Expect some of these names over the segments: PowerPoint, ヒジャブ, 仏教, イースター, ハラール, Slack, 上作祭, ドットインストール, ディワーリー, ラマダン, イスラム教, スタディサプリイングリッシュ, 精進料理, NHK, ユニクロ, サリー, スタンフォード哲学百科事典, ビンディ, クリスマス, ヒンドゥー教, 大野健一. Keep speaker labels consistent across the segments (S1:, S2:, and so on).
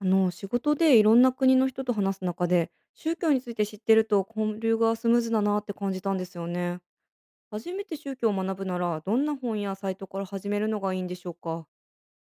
S1: あの、仕事でいろんな国の人と話す中で宗教について知ってると交流がスムーズだなって感じたんですよね。初めて宗教を学ぶならどんな本やサイトから始めるのがいいんでしょうか。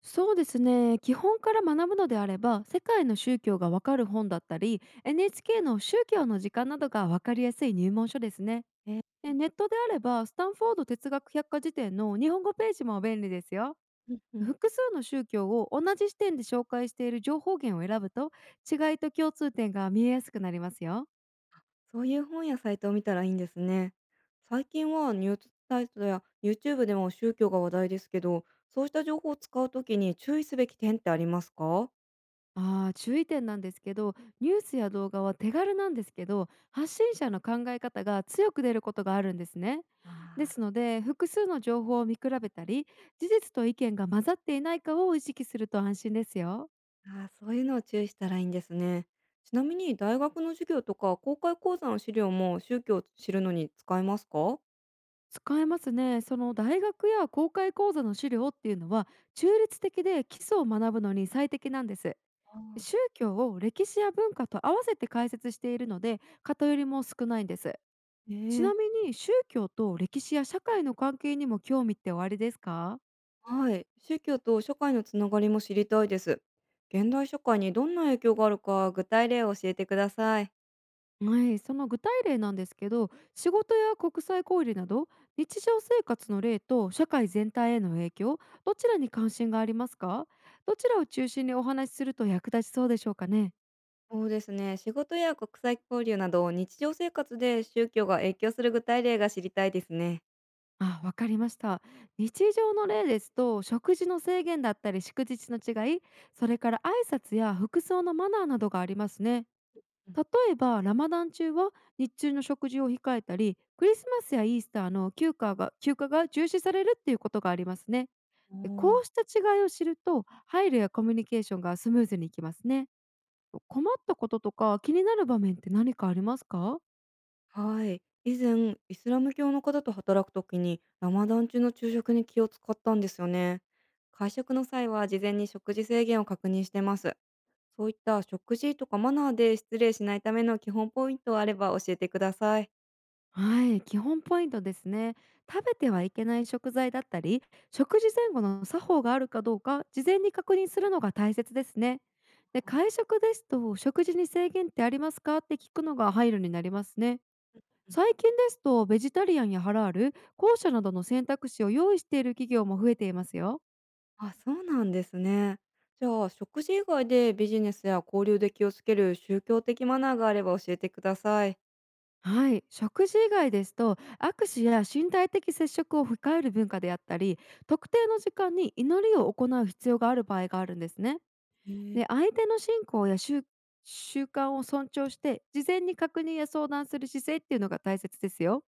S2: そうですね。基本から学ぶのであれば、世界の宗教がわかる本だったり NHK の宗教の時間などがわかりやすい入門書ですね。
S1: えー
S2: でネットであれば、スタンフォード哲学百科事典の日本語ページも便利ですよ。
S1: うんうん、
S2: 複数の宗教を同じ視点で紹介している情報源を選ぶと、違いと共通点が見えやすくなりますよ。
S1: そういう本やサイトを見たらいいんですね。最近はニュースサイトや YouTube でも宗教が話題ですけど、そうした情報を使うときに注意すべき点ってありますか？
S2: ああ、注意点なんですけど、ニュースや動画は手軽なんですけど、発信者の考え方が強く出ることがあるんですね。です
S1: あ、
S2: ので、複数の情報を見比べたり、事実と意見が混ざっていないかを意識すると安心ですよ。
S1: ああ、そういうのを注意したらいいんですね。ちなみに大学の授業とか公開講座の資料も宗教を知るのに使えますか？
S2: 使えますね。その大学や公開講座の資料っていうのは、中立的で基礎を学ぶのに最適なんです。宗
S1: あ、
S2: 教を歴史や文化と合わせて解説しているので、偏りも少ないんです。ち
S1: ええ。
S2: なみに宗教と歴史や社会の関係にも興味っておありですか？
S1: はい。宗教と社会のつながりも知りたいです。現代社会にどんな影響があるか具体例を教えてください。
S2: はい、その具体例なんですけど、仕事や国際交流など、日常生活の例と社会全体への影響、どちらに関心がありますか？どちらを中心にお話しすると役立ちそうでしょうかね。
S1: そうですね。仕事や国際交流など日常生活で宗教が影響する具体例が知りたいですね。
S2: あ、わかりました。日常の例ですと、食事の制限だったり祝日の違い、それから挨拶や服装のマナーなどがありますね。例えば、ラマダン中は日中の食事を控えたり、クリスマスやイースターの休暇が重視されるっていうことがありますね。
S1: う
S2: で
S1: ん、お
S2: こ
S1: ー。
S2: うした違いを知ると、配慮やコミュニケーションがスムーズにいきますね。困ったこととか気になる場面って何かありますか？
S1: はい。以前、イスラム教の方と働くときに、ラマダン中の昼食に気を使ったんですよね。会食の際は、事前に食事制限を確認してます。そういった食事とかマナーで失礼しないための基本ポイントあれば教えてください。
S2: はい、基本ポイントですね。食べてはいけない食材だったり、食事前後の作法があるかどうか、事前に確認するのが大切ですね。で、会
S1: あ、
S2: 食ですと、食事に制限ってありますかって聞くのが配慮になりますね。
S1: うん。
S2: 最近ですと、ベジタリアンやハラール、後者などの選択肢を用意している企業も増えていますよ。
S1: あ、そうなんですね。じゃあ、食事以外でビジネスや交流で気をつける宗教的マナーがあれば教えてください。
S2: はい、食事以外ですと、握手や身体的接触を控える文化であったり、特定の時間に祈りを行う必要がある場合があるんですね。
S1: へえ。
S2: で、相手の信仰や習慣を尊重して、事前に確認や相談する姿勢っていうのが大切ですよ。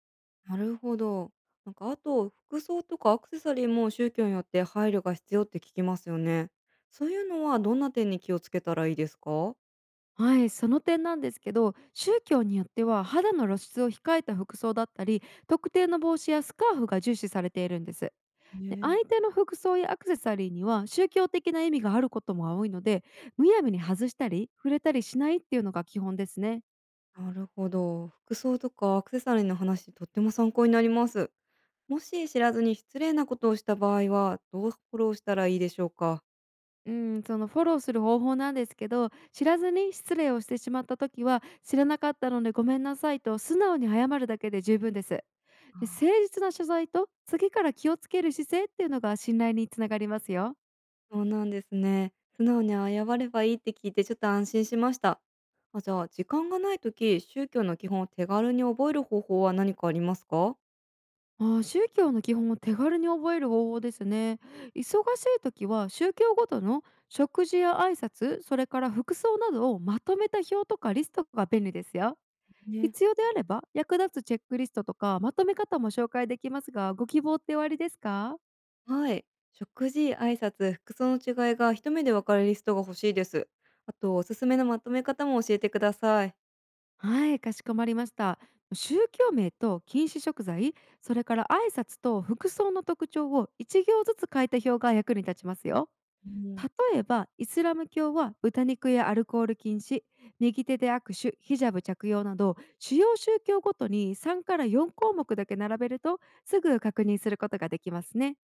S1: なるほど。なんかあと、服装とかアクセサリーも宗教によって配慮が必要って聞きますよね。そういうのはどんな点に気をつけたらいいですか？
S2: はい、その点なんですけど、宗教によっては肌の露出を控えた服装だったり、特定の帽子やスカーフが重視されているんです。で、
S1: え、
S2: 相手の服装やアクセサリーには宗教的な意味があることも多いので、むやみに外したり触れたりしないっていうのが基本ですね。
S1: なるほど。服装とかアクセサリーの話、とっても参考になります。もし知らずに失礼なことをした場合は、どうフォローしたらいいでしょうか？
S2: うん、そのフォローする方法なんですけど、知らずに失礼をしてしまった時は、知らなかったのでごめんなさいと素直に謝るだけで十分です。で、
S1: あ
S2: 誠
S1: あ、
S2: 実な謝罪と次から気をつける姿勢っていうのが信頼につながりますよ。
S1: そうなんですね。素直に謝ればいいって聞いてちょっと安心しました。あ、じゃあ時間がないとき、宗教の基本を手軽に覚える方法は何かありますか？
S2: 宗教の基本を手軽に覚える方法ですね。忙しい時は、宗教ごとの食事や挨拶、それから服装などをまとめた表とかリストが便利ですよ。
S1: ね。
S2: 必要であれば、役立つチェックリストとかまとめ方も紹介できますが、ご希望っておありですか？
S1: はい。食事、挨拶、服装の違いが一目でわかるリストが欲しいです。あと、おすすめのまとめ方も教えてください。
S2: はい、かしこまりました。宗教名と禁止食材、それから挨拶と服装の特徴を1行ずつ書いた表が役に立ちますよ。
S1: うん、
S2: 例えば、イスラム教は豚肉やアルコール禁止、右手で握手、ヒジャブ着用など、主要宗教ごとに3から4項目だけ並べると、すぐ確認することができますね。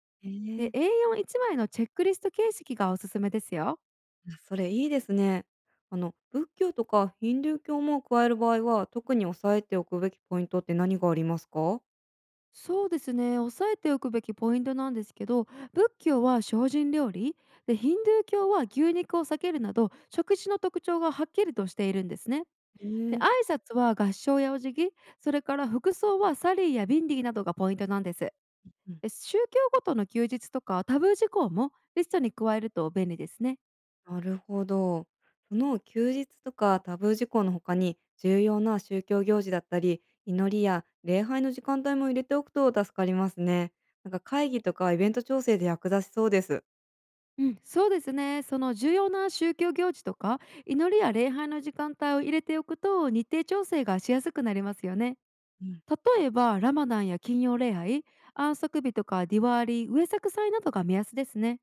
S2: で、
S1: ええ。
S2: A4 一枚のチェックリスト形式がおすすめですよ。
S1: あ、それいいですね。あの、仏教とかヒンドゥー教も加える場合は、特に押さえておくべきポイントって何がありますか？
S2: そうですね、押さえておくべきポイントなんですけど、仏教は精進料理で、ヒンドゥー教は牛肉を避けるなど、食事の特徴がはっきりとしているんですね。で、
S1: ええ、
S2: 挨拶は合唱やお辞儀、それから服装はサリーやビンディなどがポイントなんです。
S1: うん、
S2: で、宗教ごとの休日とかタブー事項もリストに加えると便利ですね。
S1: なるほど。その休日とかタブー事項の他に重要な宗教行事だったり、祈りや礼拝の時間帯も入れておくと助かりますね。なんか会議とかイベント調整で役立ちそうです。
S2: うん、そうですね。その重要な宗教行事とか祈りや礼拝の時間帯を入れておくと、日程調整がしやすくなりますよね。
S1: うん、
S2: 例えば、ラマダンや金曜礼拝、安息日とかディワーリー、上作祭などが目安ですね。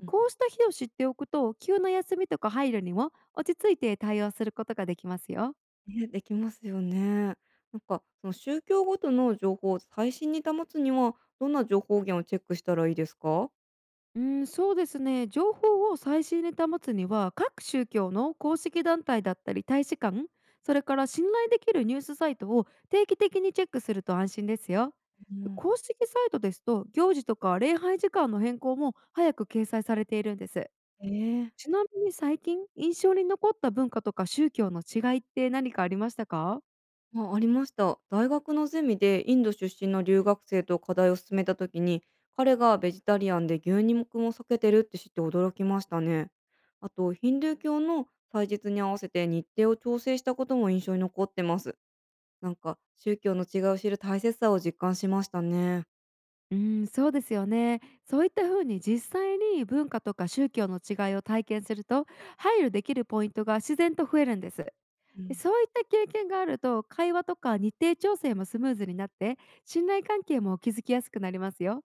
S1: うん、
S2: こうした日を知っておくと、急な休みとか配慮にも落ち着いて対応することができますよ。
S1: ね、できますよね。なんかその宗教ごとの情報を最新に保つにはどんな情報源をチェックしたらいいですか？
S2: うん、そうですね。情報を最新に保つには、各宗教の公式団体だったり大使館、それから信頼できるニュースサイトを定期的にチェックすると安心ですよ。
S1: うん、
S2: 公式サイトですと、行事とか礼拝時間の変更も早く掲載されているんです。
S1: ええ、
S2: ちなみに最近、印象に残った文化とか宗教の違いって何かありましたか？
S1: あ、ありました。大学のゼミでインド出身の留学生と課題を進めた時に、彼がベジタリアンで牛肉も避けてるって知って驚きましたね。あと、ヒンドゥー教の祭日に合わせて日程を調整したことも印象に残ってます。なんか、宗教の違いを知る大切さを実感しましたね。
S2: うーん、そうですよね。そういった風に実際に文化とか宗教の違いを体験すると、配慮できるポイントが自然と増えるんです。
S1: う
S2: で
S1: ん、
S2: そういった経験があると、会話とか日程調整もスムーズになって、信頼関係も築きやすくなりますよ。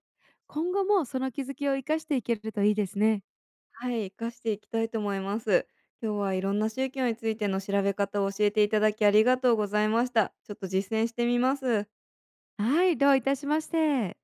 S2: 今後もその気づきを生かしていけるといいですね。
S1: はい、活かしていきたいと思います。今日はいろんな宗教についての調べ方を教えていただきありがとうございました。ちょっと実践してみます。
S2: はい、どういたしまして。